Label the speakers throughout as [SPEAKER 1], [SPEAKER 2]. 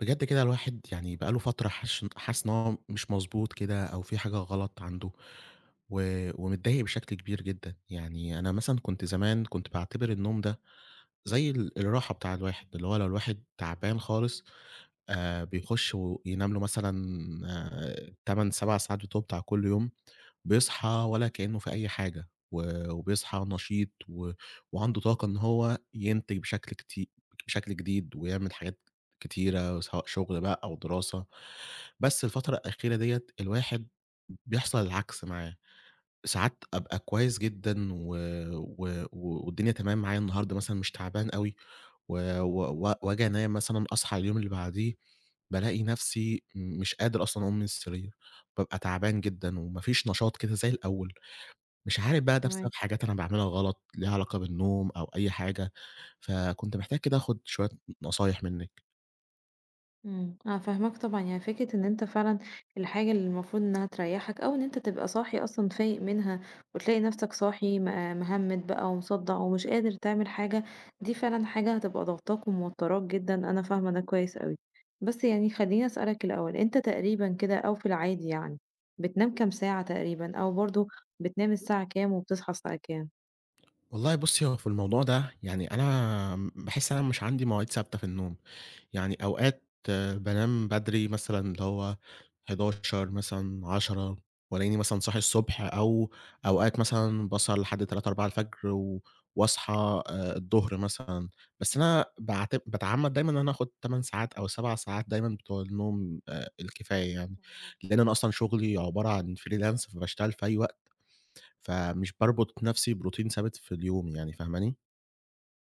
[SPEAKER 1] بجد كده الواحد يعني بقى له فترة حاسس إن هو مش مضبوط كده أو في حاجة غلط عنده و ومتضايق بشكل كبير جدًا. يعني أنا مثلًا كنت زمان كنت باعتبر النوم ده زي الراحة بتاع الواحد، اللي هو لو الواحد تعبان خالص بيخش وينام له مثلًا آآ 8، 7 ساعات بتوعه بتاع كل يوم بيصحى ولا كأنه في أي حاجة، وبيصحى نشيط وعنده طاقة إن هو ينتج بشكل جديد ويعمل حاجات كتيرة، سواء شغل بقى أو دراسة، بس الفترة الأخيرة ديّة الواحد بيحصل العكس معاه. ساعات أبقى كويس جدًا و و و والدنيا تمام معايا النهارده مثلًا مش تعبان أوي و و و وآجي أنام مثلًا أصحى اليوم اللي بعديه بالاقي نفسي مش قادر أصلًا أقوم من السرير، بابقى تعبان جدًا وما فيش نشاط كده زي الأول، مش عارف بقى ده
[SPEAKER 2] فاهماك،
[SPEAKER 1] بسبب حاجات أنا باعملها غلط ليها علاقة بالنوم أو أي حاجة، فكنت محتاج كده آخد شوية نصايح منِّك.
[SPEAKER 2] أنا فاهماك طبعًا، يعني فكرة إن أنت فعلًا الحاجة اللي المفروض إنها تريّحك أو إن أنت تبقى صاحي أصلًا فايق منها وتلاقي نفْسك صاحي مهمِّد بقى ومصدَّع ومش قادر تعمل حاجة، دي فعلًا حاجة هتبقى ضاغطاك وموتّراك جدًا، أنا فاهمة ده كويس أوي. بس يعني خلّيني أسألك الأول، أنت تقريبًا كده أو في العادي يعني، بتنام كام ساعة تقريبًا أو برضه بتنام الساعة كام وبتصحى الساعة كام؟
[SPEAKER 1] والله بُصّي، هو في الموضوع ده يعني أنا باحس إن أنا مش عندي مواعيد ثابتة في النوم، يعني أوقات بانام بدري مثلًا اللي هو 11 مثلًا 10 وألاقيني مثلًا صاحي الصبح، أو أوقات مثلًا باسهر لحد 3، 4 الفجر واصحى الضهر مثلًا، بس أنا باتعمّد دايمًا إن أنا آخُد 8 ساعات أو 7 ساعات دايمًا بتوع النوم الكفاية يعني، لإن أنا أصلًا شغلي عبارة عن freelance فباشتغل في أي وقت. فمش باربط نفسي بروتين ثابت في اليوم يعني فاهماني؟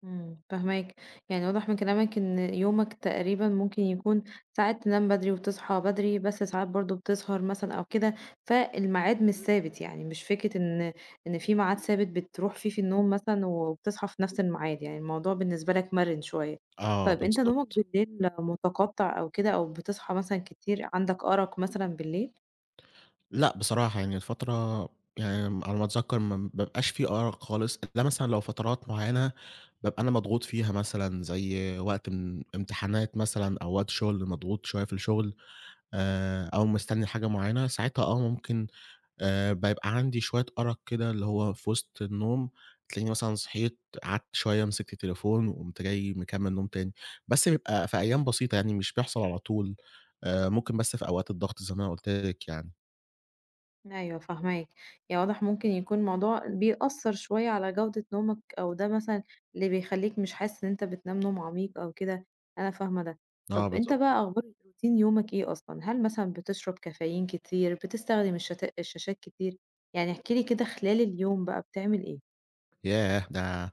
[SPEAKER 2] إمم، فاهماك، يعني واضح من كلامك إن يومك تقريبًا ممكن يكون ساعات تنام بدري وتصحى بدري، بس ساعات برضه بتسهر مثلًا أو كده، فالميعاد مش ثابت، يعني مش فكرة إن في ميعاد ثابت بتروح فيه في النوم مثلًا وبتصحى في نفس الميعاد، يعني الموضوع بالنسبة لك مَرِن شوية.
[SPEAKER 1] آه،
[SPEAKER 2] طيب أنت نومك
[SPEAKER 1] بالضبط.
[SPEAKER 2] بالليل متقطع أو كده أو بتصحى مثلًا كتير، عندك أرق مثلًا بالليل؟
[SPEAKER 1] لأ بصراحة يعني الفترة يعني على ما أتذكّر ما بيبقاش في أرق خالص إلا مثلًا لو فترات معيّنة بابقى أنا مضغوط فيها مثلًا زي وقت امتحانات مثلًا أو وقت شغل مضغوط شوية في الشغل. أو مستنّي حاجة معيّنة، ساعتها ممكن بيبقى عندي شوية أرق كده اللي هو في وسط النوم، تلاقيني مثلًا صحيت قعدت شوية مسكت التليفون وقُمت جاي مكمّل نوم تاني، بس بيبقى في أيام بسيطة يعني مش بيحصل على طول، ممكن بس في أوقات الضغط زي ما أنا قُلت لِك يعني.
[SPEAKER 2] أيوه فاهماك، يعني واضح ممكن يكون الموضوع بيأثّر شوية على جودة نومك، أو ده مثلًا اللي بيخلّيك مش حاسس إن أنت بتنام نوم عميق أو كده، أنا فاهمة ده. طب
[SPEAKER 1] آه،
[SPEAKER 2] أنت
[SPEAKER 1] بالضبط.
[SPEAKER 2] بقى أخبار روتين يومك إيه أصلًا؟ هل مثلًا بتشرب كافيين كتير، بتستخدم الشاشات كتير؟ يعني احكِ لي كده خلال اليوم بقى بتعمل إيه؟
[SPEAKER 1] ياه! ده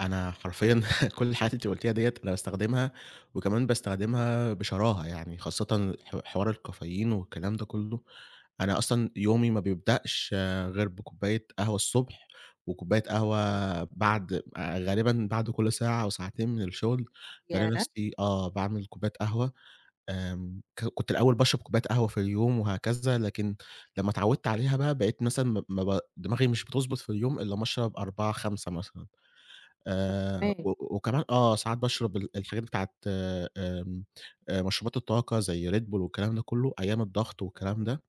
[SPEAKER 1] أنا حرفيًا كل الحاجات اللي أنتِ قُلتيها ديّة أنا باستخدمها، وكمان باستخدمها بشراهة يعني، خاصةً حوار الكافيين والكلام ده كلّه، أنا أصلًا يومي ما بيبدأش غير بكوباية قهوة الصبح، وكوباية
[SPEAKER 2] مم.
[SPEAKER 1] قهوة بعد غالبًا بعد كل ساعة أو ساعتين من الشغل، بالاقي
[SPEAKER 2] ياه!
[SPEAKER 1] نفسي باعمل كوباية قهوة كنت الأول باشرب كوباية قهوة في اليوم وهكذا، لكن لمّا اتعودت عليها بقى بقيت مثلًا ما دماغي مش بتضبط في اليوم إلا أمّا أشرب 4، 5 مثلًا
[SPEAKER 2] فاهماك.
[SPEAKER 1] وكمان ساعات باشرب الحاجات بتاعة آمم، مشروبات الطاقة زي Red Bull والكلام ده كله أيام الضغط والكلام
[SPEAKER 2] إمم.
[SPEAKER 1] ده،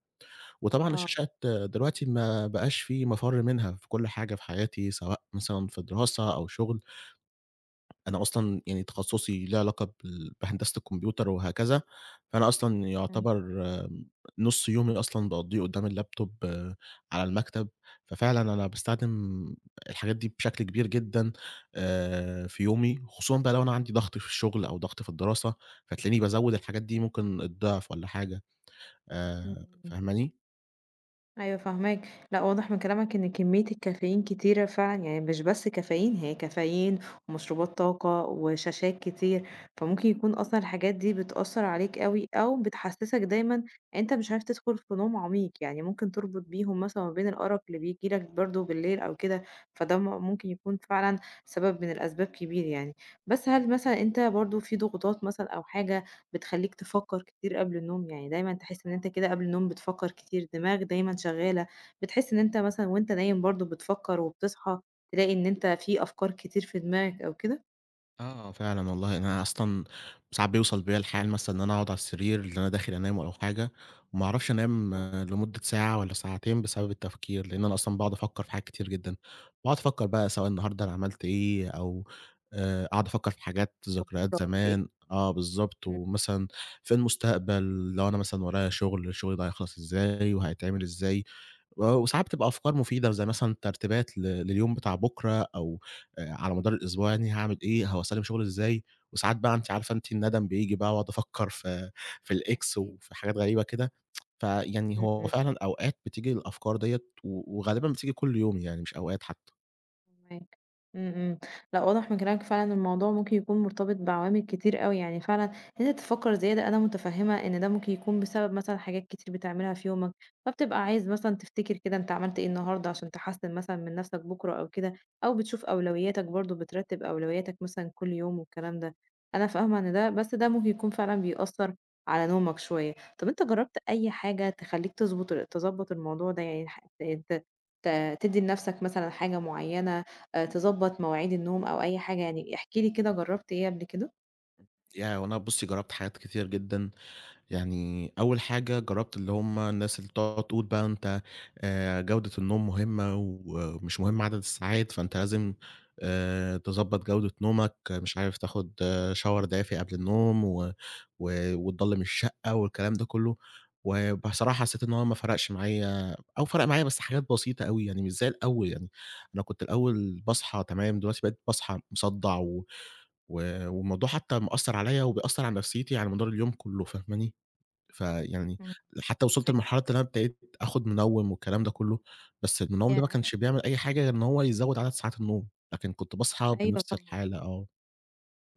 [SPEAKER 1] وطبعًا
[SPEAKER 2] آه،
[SPEAKER 1] الشاشات دلوقتي ما بقاش في مفر منها في كل حاجة في حياتي، سواء مثلًا في دراسة أو شغل. أنا أصلًا يعني تخصُّصي ليه علاقة بهندسة الكمبيوتر وهكذا، فأنا أصلًا
[SPEAKER 2] إمم،
[SPEAKER 1] يعتبر آمم، نُص يومي أصلًا باقضّيه قدّام اللابتوب على المكتب، ففعلًا أنا باستخدم الحاجات دي بشكل كبير جدًا في يومي، خصوصًا بقى لو أنا عندي ضغط في الشغل أو ضغط في الدراسة، فتلاقيني بازوّد الحاجات دي ممكن الضِعف والّا حاجة
[SPEAKER 2] إمم.
[SPEAKER 1] فاهماني؟
[SPEAKER 2] أيوه فاهماك، لأ واضح من كلامك إن كمية الكافيين كتيرة فعلًا، يعني مش بس كافيين هي كافيين ومشروبات طاقة وشاشات كتير، فممكن يكون أصلًا الحاجات دي بتأثّر عليك أوي أو بتحسّسك دايمًا أنت مش عارف تدخل في نوم عميق، يعني ممكن تربط بيهم مثلًا ما بين الأرق اللي بييجي لك برضه بالليل أو كده، فده ممكن يكون فعلًا سبب من الأسباب كبير يعني، بس هل مثلًا أنت برضه في ضغوطات مثلًا أو حاجة بتخلّيك تفكّر كتير قبل النوم، يعني دايمًا تحس إن أنت كده قبل النوم بتفكّر كتير، دماغك دايمًا شغّالة، بتحس إن أنت مثلًا وأنت نايم برضه بتفكّر وبتصحى تلاقي إن أنت في أفكار كتير في دماغك أو كده؟
[SPEAKER 1] آه، فعلًا والله أنا أصلًا ساعات بيوصل بيّا الحال مثلًا إن أنا أقعد على السرير اللي أنا داخل أنام أو حاجة وما أعرفش أنام
[SPEAKER 2] آه،
[SPEAKER 1] لمدة ساعة والّا ساعتين بسبب التفكير، لإن أنا أصلًا باقعد أفكّر في حاجات كتير جدًا، باقعد أفكّر بقى سواء النهارده أنا عملت إيه أو أقعد أفكّر في حاجات
[SPEAKER 2] طب
[SPEAKER 1] ذكريات
[SPEAKER 2] بُكرة وراك إيه؟
[SPEAKER 1] زمان آه، بالضبط،
[SPEAKER 2] إمم.
[SPEAKER 1] ومثلًا في المستقبل لو أنا مثلًا ورايا شغل، الشغل ده هيخلص إزاي وهيتعمل إزاي؟ وساعات بتبقى أفكار مفيدة زي مثلًا ترتيبات لليوم بتاع بُكرة أو على مدار الأسبوع يعني هاعمل إيه، هو هاسلِّم شغلي إزاي، وساعات بقى أنتِ عارفة الندم بييجي بقى وأقعد أفكّر في الإكس
[SPEAKER 2] أكيد.
[SPEAKER 1] وفي حاجات غريبة كده، فيعني
[SPEAKER 2] إمم،
[SPEAKER 1] هو
[SPEAKER 2] إمم.
[SPEAKER 1] فعلًا أوقات بتيجي الأفكار ديّة وغالبًا بتيجي كل يوم يعني مش أوقات حتى.
[SPEAKER 2] فاهماك. إمم، إمم. لأ واضح من كلامك فعلًا إن الموضوع ممكن يكون مرتبط بعوامل كتير أوي، يعني فعلًا إن أنت تفكّر زيادة أنا متفهّمة إن ده ممكن يكون بسبب مثلًا حاجات كتير بتعملها في يومك، فبتبقى عايز مثلًا تفتكر كده أنت عملت إيه النهارده عشان تحسّن مثلًا من نَفْسك بُكرة أو كده، أو بتشوف أولوياتك برضه بترتّب أولوياتك مثلًا كل يوم والكلام ده. أنا فاهمة إن ده بس ده ممكن يكون فعلًا بيأثّر على نومك شوية. طَب أنت جرّبت أي حاجة تخلّيك تضبّط الموضوع ده، يعني ح ت ت ت تدّي لنَفْسك مثلًا حاجة معيّنة تضبّط مواعيد النوم أو أي حاجة يعني، احكِ لي كده جرّبت إيه قبل كده؟
[SPEAKER 1] ياه! هو أنا بُصّي جرّبت حاجات كتير جدًا يعني أول حاجة جرّبت اللي هم الناس اللي بتقعد تقول بقى أنت جودة النوم مهمة ومش مهم عدد الساعات، فأنت لازم تضبّط جودة نومك، مش عارف تاخد shower دافي قبل النوم و و وتضلّم الشقة والكلام ده كُلّه، وبصراحة حسّيت إن هو ما فرقش معايا أو فرق معايا بس حاجات بسيطة أوي يعني مش زي الأول يعني، أنا كنت الأول باصحى تمام، دلوقتي بقيت باصحى مصدّع و و والموضوع حتّى مأثّر عليّا وبيأثّر على نفسيتي على مدار اليوم كُلّه، فاهماني؟ فيعني
[SPEAKER 2] إمم،
[SPEAKER 1] حتى وصلت
[SPEAKER 2] فاهماكِ.
[SPEAKER 1] لمرحلة إن أنا ابتديت آخُد منوِّم والكلام ده كُلّه، بس المنوِّم ده ما
[SPEAKER 2] ياه!
[SPEAKER 1] كانش بيعمل أي حاجة غير إن هو يزوّد عدد ساعات النوم، لكن كنت باصحى
[SPEAKER 2] أيوه
[SPEAKER 1] بنفس
[SPEAKER 2] طبعًا.
[SPEAKER 1] الحالة آه.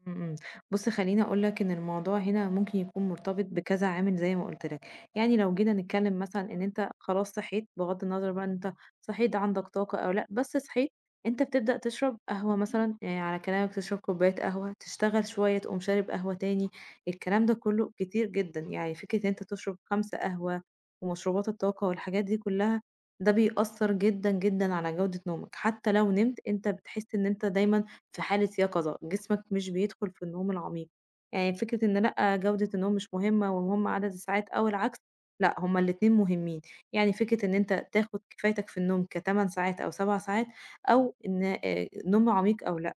[SPEAKER 2] إمم، إمم. بُص خلّيني أقول لك إن الموضوع هنا ممكن يكون مرتبط بكذا عامل زي ما قُلت لك، يعني لو جينا نتكلّم مثلًا إن أنت خلاص صحيت بغض النظر بقى إن أنت صحيت عندك طاقة أو لأ، بس صحيت أنت بتبدأ تشرب قهوة مثلًا، يعني على كلامك تشرب كوباية قهوة، تشتغل شوية تقوم شارب قهوة تاني، الكلام ده كلّه كتير جدًا، يعني فكرة إن أنت تشرب 5 قهوة ومشروبات الطاقة والحاجات دي كلّها، ده بيأثّر جدًا، جدًا على جودة نومك، حتى لو نمت أنت بتحس إن أنت دايمًا في حالة يقظة، جسمك مش بيدخل في النوم العميق، يعني فكرة إن لأ جودة النوم مش مهمة ومهم عدد الساعات أو العكس، لأ هما الاتنين مهمين، يعني فكرة إن أنت تاخد كفايتك في النوم ك8 ساعات أو 7 ساعات أو إن نوم عميق أو لأ،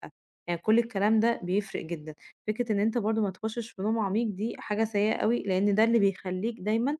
[SPEAKER 2] يعني كل الكلام ده بيفرق جدًا، فكرة إن أنت برضه ما تخشش في نوم عميق دي حاجة سيئة أوي، لأن ده اللي بيخلّيك دايمًا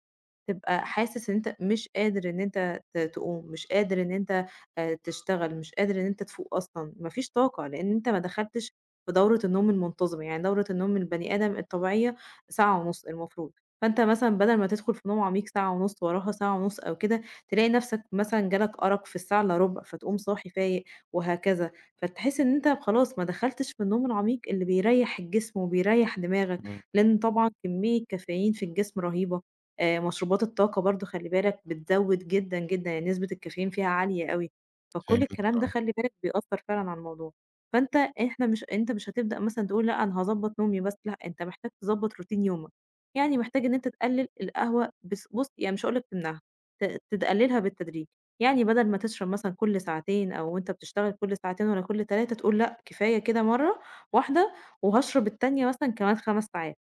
[SPEAKER 2] تبقى حاسس إن أنت مش قادر إن أنت تقوم، مش قادر إن أنت تشتغل، مش قادر إن أنت تفوق أصلًا، ما فيش طاقة، لإن أنت ما دخلتش في دورة النوم المنتظمة، يعني دورة النوم البني آدم الطبيعية ساعة ونُص المفروض، فأنت مثلًا بدل ما تدخل في نوم عميق ساعة ونُص، وراها ساعة ونُص أو كده، تلاقي نفسك مثلًا جالك أرق في الساعة إلا ربع، فتقوم صاحي فايق وهكذا، فتحس إن أنت خلاص ما دخلتش في النوم العميق اللي بيريّح الجسم وبيريّح دماغك،
[SPEAKER 1] إمم،
[SPEAKER 2] لإن طبعًا كمية كافيين في الجسم رهيبة. مشروبات الطاقة برضه خلّي بالك بتزوّد جدًا، جدًا، يعني نسبة الكافيين فيها عالية أوي، فكل
[SPEAKER 1] فهمتك،
[SPEAKER 2] الكلام ده
[SPEAKER 1] آه،
[SPEAKER 2] خلّي بالك بيأثّر فعلًا على الموضوع. فأنت إحنا مش أنت مش هتبدأ مثلًا تقول لأ أنا هاضبّط نومي بس، لأ أنت محتاج تضبّط روتين يومك، يعني محتاج إن أنت تقلل القهوة بس بُص يعني مش هاقول لك تمنعها، ت تقللها بالتدريج، يعني بدل ما تشرب مثلًا كل ساعتين وأنت بتشتغل كل ساعتين والّا كل 3 تقول لأ كفاية كده مرّة واحدة وهاشرب التانية مثلًا كمان 5 ساعات،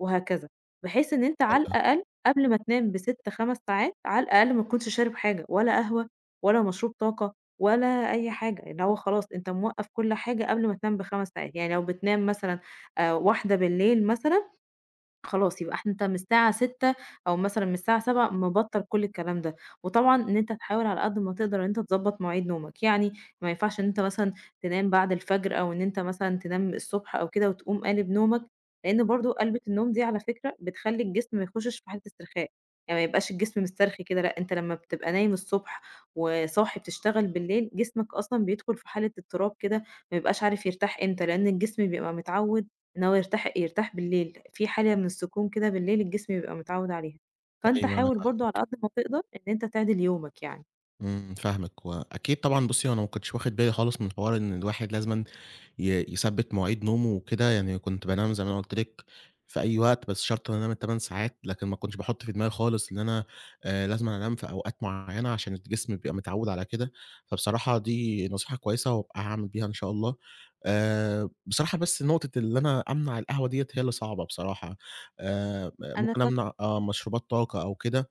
[SPEAKER 2] وهكذا، بحيث إن أنت على الأقل قبل ما تنام ب6، 5 ساعات على الأقل ما تكونش شارب حاجة، ولا قهوة ولا مشروب طاقة ولا أي حاجة، اللي هو خلاص أنت موقّف كل حاجة قبل ما تنام ب5 ساعات، يعني لو بتنام مثلًا 01:00 مثلًا خلاص يبقى إحنا أنت من الساعة 18:00 أو مثلًا من الساعة 19:00 مبطّل كل الكلام ده، وطبعًا إن أنت تحاول على قد ما تقدر إن أنت تضبّط مواعيد نومك، يعني ما ينفعش إن أنت مثلًا تنام بعد الفجر أو إن أنت مثلًا تنام الصبح أو كده وتقوم قالب نومك، لإن برضه قلبِة النوم دي على فكرة بتخلّي الجسم ما يخشش في حالة استرخاء، يعني ما يبقاش الجسم مسترخي كده لأ، أنت لمّا بتبقى نايم الصبح وصاحي بتشتغل بالليل، جسمك أصلًا بيدخل في حالة اضطراب كده، ما بيبقاش عارف يرتاح إمتى، لإن الجسم بيبقى متعوّد إن هو يرتاح بالليل، في حالة من السكون كده بالليل الجسم بيبقى متعوّد عليها،
[SPEAKER 1] أيوه،
[SPEAKER 2] فأنت
[SPEAKER 1] أيوه، أنا
[SPEAKER 2] حاول برضه على
[SPEAKER 1] فاهمك،
[SPEAKER 2] قد ما تقدر إن أنت تعدِل يومك يعني.
[SPEAKER 1] إمم، فاهمك. وأكيد طبعًا بُصّي هو أنا ما كنتش واخد بالي خالص من حوار إن الواحد لازمًا يثبّت مواعيد نومه وكده، يعني كنت بانام زي ما أنا قُلت لِك في أي وقت، بس شرط إن أنا أنام ال8 ساعات، لكن ما كنتش باحُط في دماغي خالص إن أنا لازمًا أنام في أوقات معيّنة عشان الجسم بيبقى متعوّد على كده، فبصراحة دي نصيحة كويسة وهابقى هاعمل بيها إن شاء الله. بصراحة بس نقطة اللي أنا أمنع القهوة ديّة هي اللي صعبة بصراحة،
[SPEAKER 2] أنا
[SPEAKER 1] ممكن
[SPEAKER 2] فاهمة
[SPEAKER 1] أمنع مشروبات طاقة أو كده،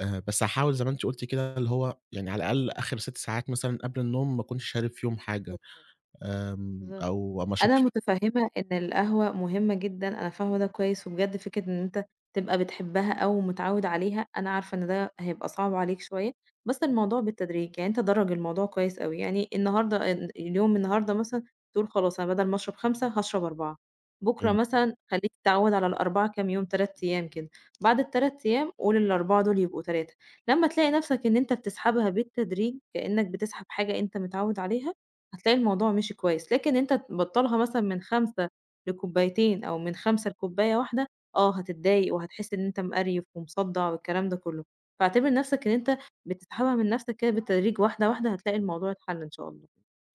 [SPEAKER 1] بس هاحاول زي ما أنتِ قُلتِ كده اللي هو يعني على الأقل آخر 6 ساعات مثلًا قبل النوم ما أكونش شارب فيهم حاجة.
[SPEAKER 2] بالضبط، بالضبط.
[SPEAKER 1] أو ما
[SPEAKER 2] أنا
[SPEAKER 1] أشوفش
[SPEAKER 2] متفهمة إن القهوة مهمة جدًا، أنا فاهمة ده كويس، وبجد فكرة إن أنت تبقى بتحبها أو متعوّد عليها، أنا عارفة إن ده هيبقى صعب عليك شوية، بس الموضوع بالتدريج، يعني أنت دَرّج الموضوع كويس أوي، يعني النهارده اليوم النهارده مثلًا تقول خلاص أنا بدل ما أشرب 5 هاشرب 4، بُكرة
[SPEAKER 1] إمم،
[SPEAKER 2] مثلًا خلّيك تتعوّد على ال4 كام يوم 3 أيام كده، بعد ال3 أيام قُل ال4 دول يبقوا 3، لمّا تلاقي نَفْسك إن أنت بتسحبها بالتدريج كإنّك بتسحب حاجة أنت متعوّد عليها هتلاقي الموضوع مشي كويس، لكن أنت تبطّلها مثلًا من 5 لكوبايتين أو من 5 لكوباية واحدة، آه هتتضايق وهتحس إن أنت مقريف ومصدّع والكلام ده كلّه، فاعتبر نَفْسك إن أنت بتسحبها من نَفْسك كده بالتدريج واحدة، واحدة هتلاقي الموضوع اتحَل إن شاء الله.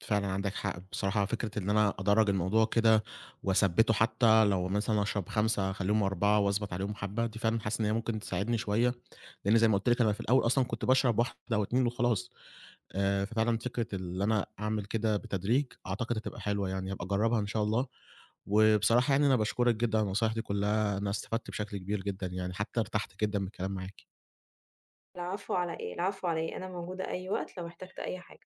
[SPEAKER 1] فعلًا عندك حق. بصراحة فكرة إن أنا أدرّج الموضوع كده وأثبّته حتى لو مثلًا أشرب 5 أخلّيهم 4 وأضبط عليهم حبّة، دي فعلًا حاسس إن هي ممكن تساعدني شوية، لإن زي ما قُلت لِك أنا في الأول أصلًا كنت باشرب 1 أو 2 وخلاص، ففعلًا فكرة اللي أنا أعمل كده بالتدريج أعتقد هتبقى حلوة يعني، هابقى أجرّبها إن شاء الله، وبصراحة يعني أنا باشكرِك جدًا على النصايح دي كلّها، أنا استفدت بشكل كبير جدًا يعني، حتى ارتحت جدًا من الكلام معاكِ.
[SPEAKER 2] العفو على إيه، العفو على إيه، أنا موجودة أي وقت لو احتجت أي حاجة.